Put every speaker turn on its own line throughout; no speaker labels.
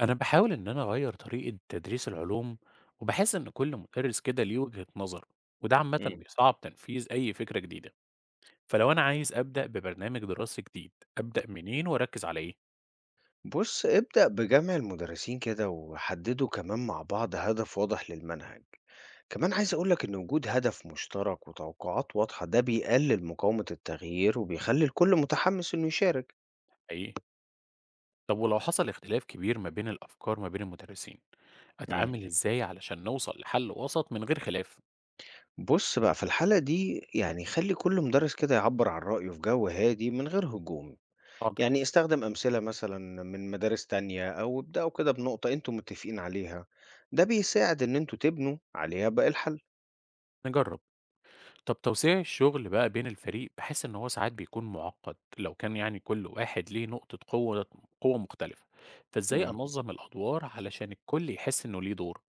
أنا باحاول إن أنا أغيّر طريقة تدريس العلوم، وباحس إن كل مدرس كده ليه وجهة نظر، وده عامةً
إمم.
بيصعّب تنفيذ أي فكرة جديدة، فلو أنا عايز أبدأ ببرنامج دراسي جديد، أبدأ منين وأركّز على إيه؟
بُص، ابدأ بجمع المدرسين كده وحددوا كمان مع بعض هدف واضح للمنهج. كمان
أوكي.
عايز أقول لك إن وجود هدف مشترك وتوقعات واضحة ده بيقلل مقاومة التغيير وبيخلّي الكل متحمس إنه يشارك.
حقيقي. طب ولو حصل اختلاف كبير ما بين الأفكار ما بين المدرسين،
إمم.
أتعامل إزاي علشان نوصل لحل وسط من غير خلاف؟
بُص بقى، في الحالة دي يعني خلّي كل مدرس كده يعبّر عن رأيه في جو هادي من غير هجوم.
حاضر،
يعني استخدم أمثلة مثلًا من مدارس تانية أو ابدأوا كده بنقطة أنتم متفقين عليها، ده بيساعد إن أنتم تبنوا عليها باقي الحل.
نجرّب. طب توزيع الشغل بقى بين الفريق بحس إن هو ساعات بيكون معقد لو كان يعني كل واحد ليه نقطة قوة مختلفة، فإزاي
إمم.
أنظم الأدوار علشان الكل يحس إنه ليه دور؟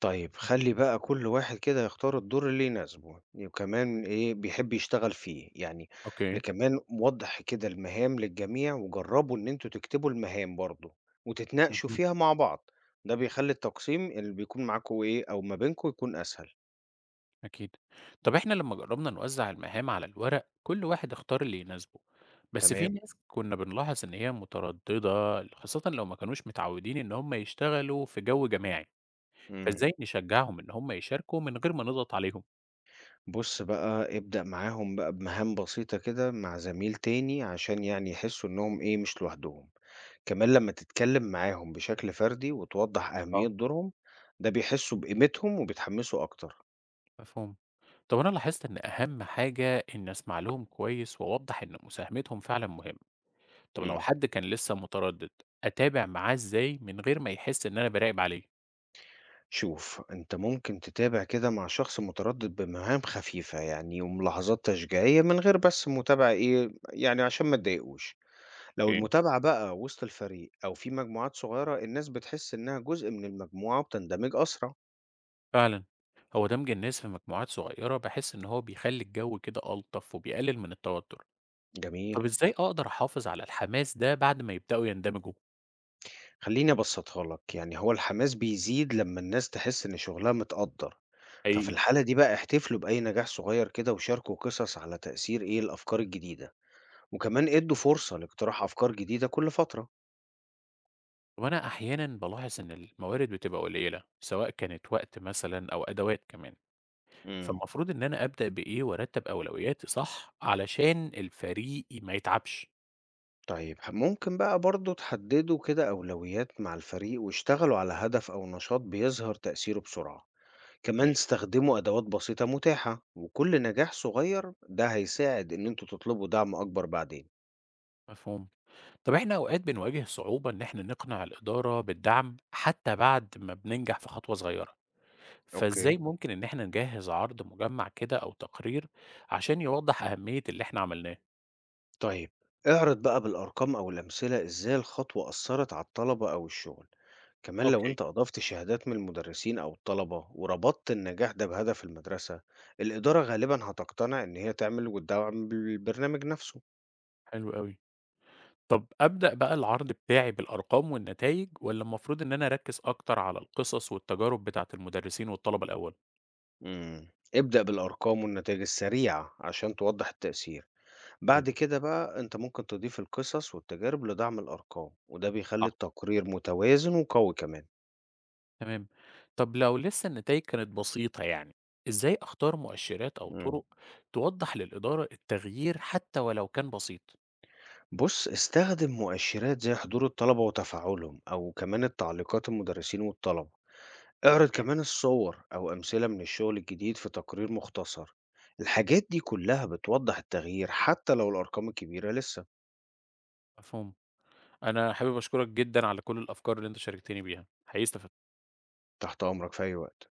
طيب خلّي بقى كل واحد كده يختار الدور اللي يناسبه، وكمان إيه، بيحب يشتغل فيه، يعني
اوكي،
كمان وضّح كده المهام للجميع وجرّبوا إن أنتم تكتبوا المهام برضه، وتتناقشوا
مهم.
فيها مع بعض، ده بيخلّي التقسيم اللي بيكون معاكم إيه، أو ما بينكم يكون أسهل،
أكيد. طب إحنا لما جربنا نوزع المهام على الورق كل واحد اختار اللي يناسبه، بس في
تمام.
ناس كنا بنلاحظ إن هي مترددة، خاصة لو ما كانوش متعودين إن هم يشتغلوا في جو جماعي،
إمم.
فإزاي نشجعهم إن هم يشاركوا من غير ما نضغط عليهم؟
بُص بقى ابدأ معاهم بقى بمهام بسيطة كده مع زميل تاني عشان يعني يحسّوا إنّهم إيه، مش لوحدهم. كمان لما تتكلم معاهم بشكل فردي وتوضح أهمية دورهم، ده بيحسوا بقيمتهم وبيتحمسوا أكتر.
مفهوم. طب أنا لاحظت إن أهم حاجة إني أسمع لهم كويس وأوضح إن مساهمتهم فعلا مهمة، طب لو
مم.
حد كان لسه متردد، أتابع معاه إزاي من غير ما يحس إن أنا براقب عليه؟
شوف أنت ممكن تتابع كده مع شخص متردد بمهام خفيفة يعني وملاحظات تشجيعية من غير بس متابعة إيه يعني عشان ما تضايقوش. لو
اوكي،
المتابعة بقى وسط الفريق أو في مجموعات صغيرة، الناس بتحس إنها جزء من المجموعة وبتندمج أسرع.
فعلا. هو دمج الناس في مجموعات صغيرة بحس إن هو بيخلي الجو كده ألطف وبيقلل من التوتر،
جميل.
طب إزاي أقدر أحافظ على الحماس ده بعد ما يبدأوا يندمجوا؟
خلّيني أبسّطها لك، يعني هو الحماس بيزيد لمّا الناس تحس إن شغلها متقدّر، ففي
حقيقي.
الحالة دي بقى احتفلوا بأي نجاح صغير كده وشاركوا قصص على تأثير إيه الأفكار الجديدة، وكمان ادّوا فرصة لاقتراح أفكار جديدة كل فترة.
وأنا أحيانا بلاحظ إن الموارد بتبقى قليلة سواء كانت وقت مثلا أو أدوات كمان.
إمم.
فالمفروض إن أنا أبدأ بإيه وأرتّب أولوياتي صح علشان الفريق ما يتعبش.
طيب ممكن بقى برضه تحددوا كده أولويات مع الفريق واشتغلوا على هدف أو نشاط بيظهر تأثيره بسرعة، كمان
أوكي.
استخدموا أدوات بسيطة متاحة، وكل نجاح صغير ده هيساعد إن أنتم تطلبوا دعم أكبر بعدين.
مفهوم. طب إحنا أوقات بنواجه صعوبة إن إحنا نقنع الإدارة بالدعم حتى بعد ما بننجح في خطوة صغيرة، فإزاي
أوكي.
ممكن إن إحنا نجهّز عرض مجمّع كده أو تقرير عشان يوضّح أهمية اللي إحنا عملناه؟
طيب اعرض بقى بالأرقام أو الأمثلة إزاي الخطوة أثرت على الطلبة أو الشغل. كمان لو
أوكي.
أنت أضفت شهادات من المدرسين أو الطلبة وربطت النجاح ده بهدف المدرسة، الإدارة غالبا هتقتنع إن هي تعمل وتدعم بالبرنامج نفسه.
حلو أوي. طب أبدأ بقى العرض بتاعي بالأرقام والنتايج والّا المفروض إن أنا أركّز أكتر على القصص والتجارب بتاعة المدرسين والطلبة الأول؟
ابدأ بالأرقام والنتائج السريعة عشان توضح التأثير. بعد كده بقى أنت ممكن تضيف القصص والتجارب لدعم الأرقام، وده بيخلي
حلو.
التقرير متوازن وقوي كمان.
تمام. طب لو لسه النتائج كانت بسيطة يعني، إزاي أختار مؤشرات أو
مم.
طرق توضح للإدارة التغيير حتى ولو كان بسيط؟
بُص، استخدم مؤشِّرات زي حضور الطلبة وتفاعلهم أو كمان التعليقات المدرسين والطلبة. اعرض
أوكي.
كمان الصور أو أمثلة من الشغل الجديد في تقرير مختصر. الحاجات دي كلها بتوضّح التغيير حتى لو الأرقام الكبيرة لسه.
مفهوم. أنا حابب أشكرك جدا على كل الأفكار اللي أنت شاركتني بيها، حقيقي استفدت.
تحت أمرك في أي وقت.